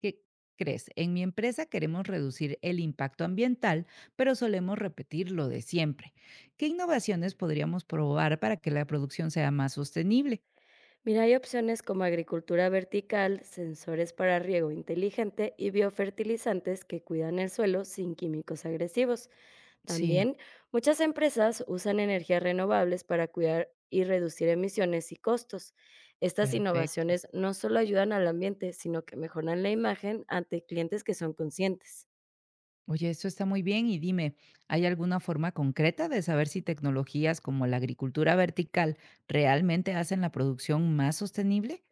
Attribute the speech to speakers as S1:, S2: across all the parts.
S1: ¿Qué crees? En mi empresa queremos reducir el impacto ambiental, pero solemos repetir lo de siempre. ¿Qué innovaciones podríamos probar para que la producción sea más sostenible?
S2: Mira, hay opciones como agricultura vertical, sensores para riego inteligente y biofertilizantes que cuidan el suelo sin químicos agresivos.
S1: Sí,
S2: También muchas empresas usan energías renovables para cuidar y reducir emisiones y costos. Estas
S1: perfecto.
S2: innovaciones no solo ayudan al ambiente, sino que mejoran la imagen ante clientes que son conscientes.
S1: Oye, esto está muy bien y dime, ¿hay alguna forma concreta de saber si tecnologías como la agricultura vertical realmente hacen la producción más sostenible?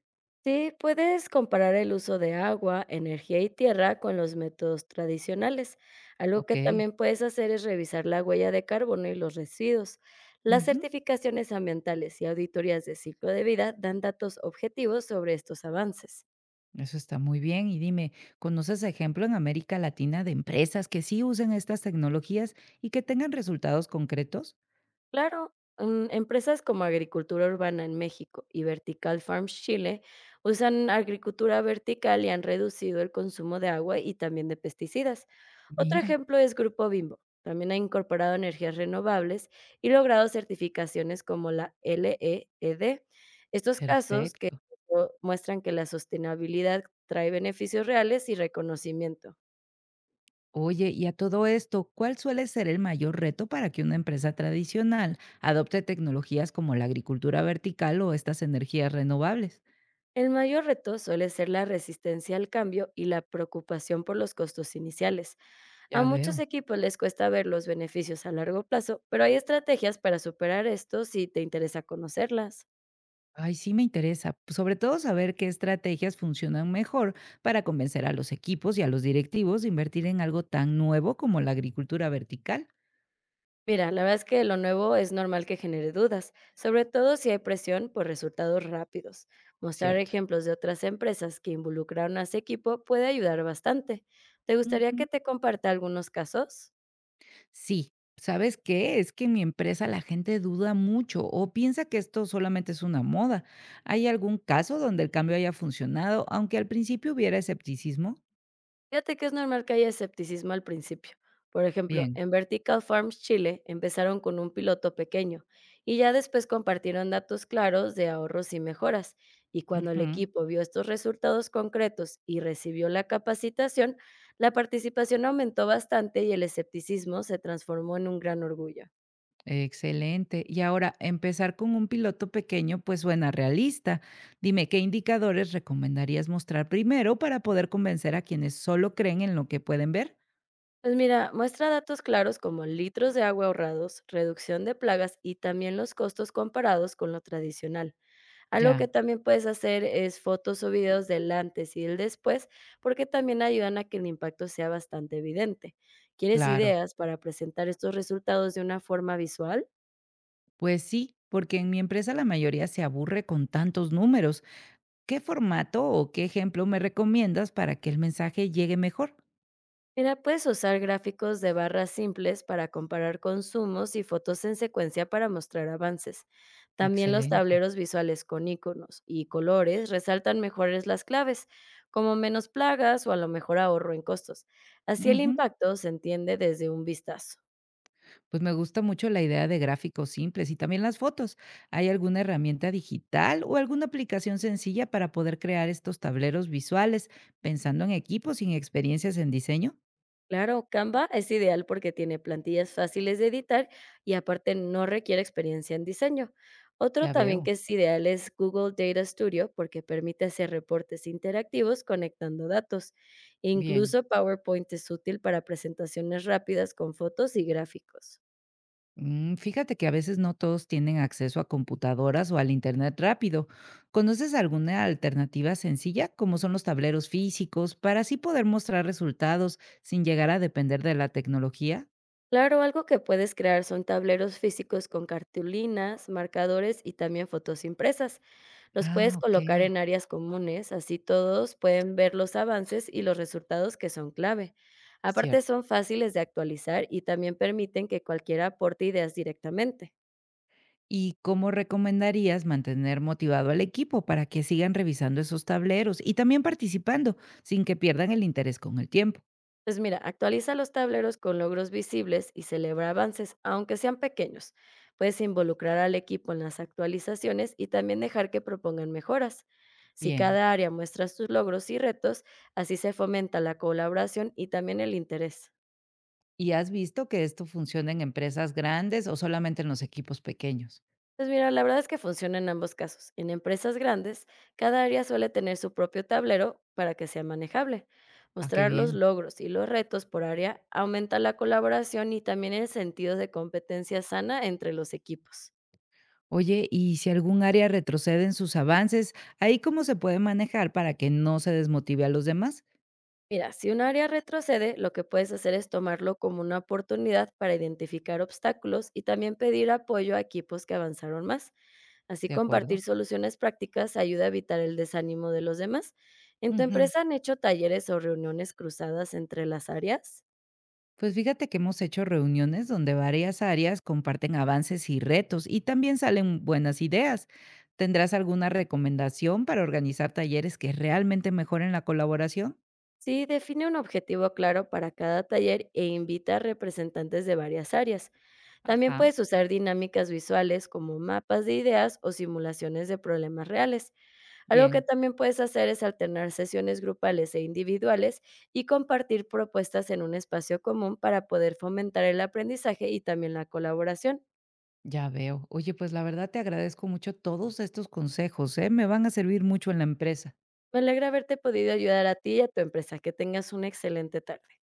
S2: Sí, puedes comparar el uso de agua, energía y tierra con los métodos tradicionales. Algo que
S1: Ok.
S2: también puedes hacer es revisar la huella de carbono y los residuos. Las
S1: Ujú.
S2: certificaciones ambientales y auditorías de ciclo de vida dan datos objetivos sobre estos avances.
S1: Eso está muy bien. Y dime, ¿conoces ejemplo en América Latina de empresas que sí usen estas tecnologías y que tengan resultados concretos?
S2: Claro, empresas como Agricultura Urbana en México y Vertical Farms Chile usan agricultura vertical y han reducido el consumo de agua y también de pesticidas. Otro
S1: Mira,
S2: ejemplo es Grupo Bimbo. También ha incorporado energías renovables y logrado certificaciones como la LEED. Estos casos que
S1: perfecto.
S2: muestran que la sostenibilidad trae beneficios reales y reconocimiento.
S1: Oye, y a todo esto, ¿cuál suele ser el mayor reto para que una empresa tradicional adopte tecnologías como la agricultura vertical o estas energías renovables?
S2: El mayor reto suele ser la resistencia al cambio y la preocupación por los costos iniciales. A
S1: Ya
S2: muchos
S1: veo.
S2: equipos les cuesta ver los beneficios a largo plazo, pero hay estrategias para superar esto si te interesa conocerlas.
S1: Ay, sí me interesa, sobre todo saber qué estrategias funcionan mejor para convencer a los equipos y a los directivos de invertir en algo tan nuevo como la agricultura vertical.
S2: Mira, la verdad es que lo nuevo es normal que genere dudas, sobre todo si hay presión por resultados rápidos. Mostrar
S1: Cierto.
S2: ejemplos de otras empresas que involucraron a ese equipo puede ayudar bastante. ¿Te gustaría
S1: Ujú.
S2: que te comparta algunos casos?
S1: Sí, ¿sabes qué? Es que en mi empresa la gente duda mucho o piensa que esto solamente es una moda. ¿Hay algún caso donde el cambio haya funcionado, aunque al principio hubiera escepticismo?
S2: Fíjate que es normal que haya escepticismo al principio. Por ejemplo,
S1: Bien.
S2: en Vertical Farms Chile empezaron con un piloto pequeño y ya después compartieron datos claros de ahorros y mejoras. Y cuando el
S1: Ujú,
S2: equipo vio estos resultados concretos y recibió la capacitación, la participación aumentó bastante y el escepticismo se transformó en un gran orgullo.
S1: excelente. Y ahora, empezar con un piloto pequeño pues suena realista. Dime, ¿qué indicadores recomendarías mostrar primero para poder convencer a quienes solo creen en lo que pueden ver?
S2: Pues mira, muestra datos claros como litros de agua ahorrados, reducción de plagas y también los costos comparados con lo tradicional. Algo que
S1: Ya,
S2: también puedes hacer es fotos o videos del antes y del después, porque también ayudan a que el impacto sea bastante evidente. ¿Quieres
S1: claro.
S2: ideas para presentar estos resultados de una forma visual?
S1: Pues sí, porque en mi empresa la mayoría se aburre con tantos números. ¿Qué formato o qué ejemplo me recomiendas para que el mensaje llegue mejor?
S2: Mira, puedes usar gráficos de barras simples para comparar consumos y fotos en secuencia para mostrar avances. También los
S1: Excelente.
S2: tableros visuales con iconos y colores resaltan mejores las claves, como menos plagas o a lo mejor ahorro en costos. Así el
S1: Ujú.
S2: impacto se entiende desde un vistazo.
S1: Pues me gusta mucho la idea de gráficos simples y también las fotos. ¿Hay alguna herramienta digital o alguna aplicación sencilla para poder crear estos tableros visuales pensando en equipos sin experiencias en diseño?
S2: Claro, Canva es ideal porque tiene plantillas fáciles de editar y aparte no requiere experiencia en diseño. Otro
S1: Ya
S2: también
S1: veo.
S2: que es ideal es Google Data Studio porque permite hacer reportes interactivos conectando datos. E
S1: Bien.
S2: incluso PowerPoint es útil para presentaciones rápidas con fotos y gráficos.
S1: Fíjate que a veces no todos tienen acceso a computadoras o al internet rápido. ¿Conoces alguna alternativa sencilla, como son los tableros físicos, para así poder mostrar resultados sin llegar a depender de la tecnología?
S2: Claro, algo que puedes crear son tableros físicos con cartulinas, marcadores y también fotos impresas. Los
S1: Ah,
S2: puedes
S1: ok,
S2: colocar en áreas comunes, así todos pueden ver los avances y los resultados que son clave. Aparte
S1: cierto.
S2: son fáciles de actualizar y también permiten que cualquiera aporte ideas directamente.
S1: ¿Y cómo recomendarías mantener motivado al equipo para que sigan revisando esos tableros y también participando sin que pierdan el interés con el tiempo?
S2: Pues mira, actualiza los tableros con logros visibles y celebra avances, aunque sean pequeños. Puedes involucrar al equipo en las actualizaciones y también dejar que propongan mejoras. Si
S1: Bien.
S2: cada área muestra sus logros y retos, así se fomenta la colaboración y también el interés.
S1: ¿Y has visto que esto funciona en empresas grandes o solamente en los equipos pequeños?
S2: Pues mira, la verdad es que funciona en ambos casos. En empresas grandes, cada área suele tener su propio tablero para que sea manejable.
S1: Ah, qué
S2: Mostrar los
S1: bien.
S2: logros y los retos por área aumenta la colaboración y también el sentido de competencia sana entre los equipos.
S1: Oye, y si algún área retrocede en sus avances, ¿ahí cómo se puede manejar para que no se desmotive a los demás?
S2: Mira, si un área retrocede, lo que puedes hacer es tomarlo como una oportunidad para identificar obstáculos y también pedir apoyo a equipos que avanzaron más. Así
S1: De acuerdo.
S2: compartir soluciones prácticas ayuda a evitar el desánimo de los demás. ¿En tu
S1: Ujú.
S2: empresa han hecho talleres o reuniones cruzadas entre las áreas?
S1: Pues fíjate que hemos hecho reuniones donde varias áreas comparten avances y retos y también salen buenas ideas. ¿Tendrás alguna recomendación para organizar talleres que realmente mejoren la colaboración?
S2: Sí, define un objetivo claro para cada taller e invita a representantes de varias áreas. También
S1: Ajá,
S2: puedes usar dinámicas visuales como mapas de ideas o simulaciones de problemas reales. Algo que
S1: bien,
S2: también puedes hacer es alternar sesiones grupales e individuales y compartir propuestas en un espacio común para poder fomentar el aprendizaje y también la colaboración.
S1: ya veo. Oye, pues la verdad te agradezco mucho todos estos consejos, ¿eh? Me van a servir mucho en la empresa.
S2: Me alegra haberte podido ayudar a ti y a tu empresa. Que tengas una excelente tarde.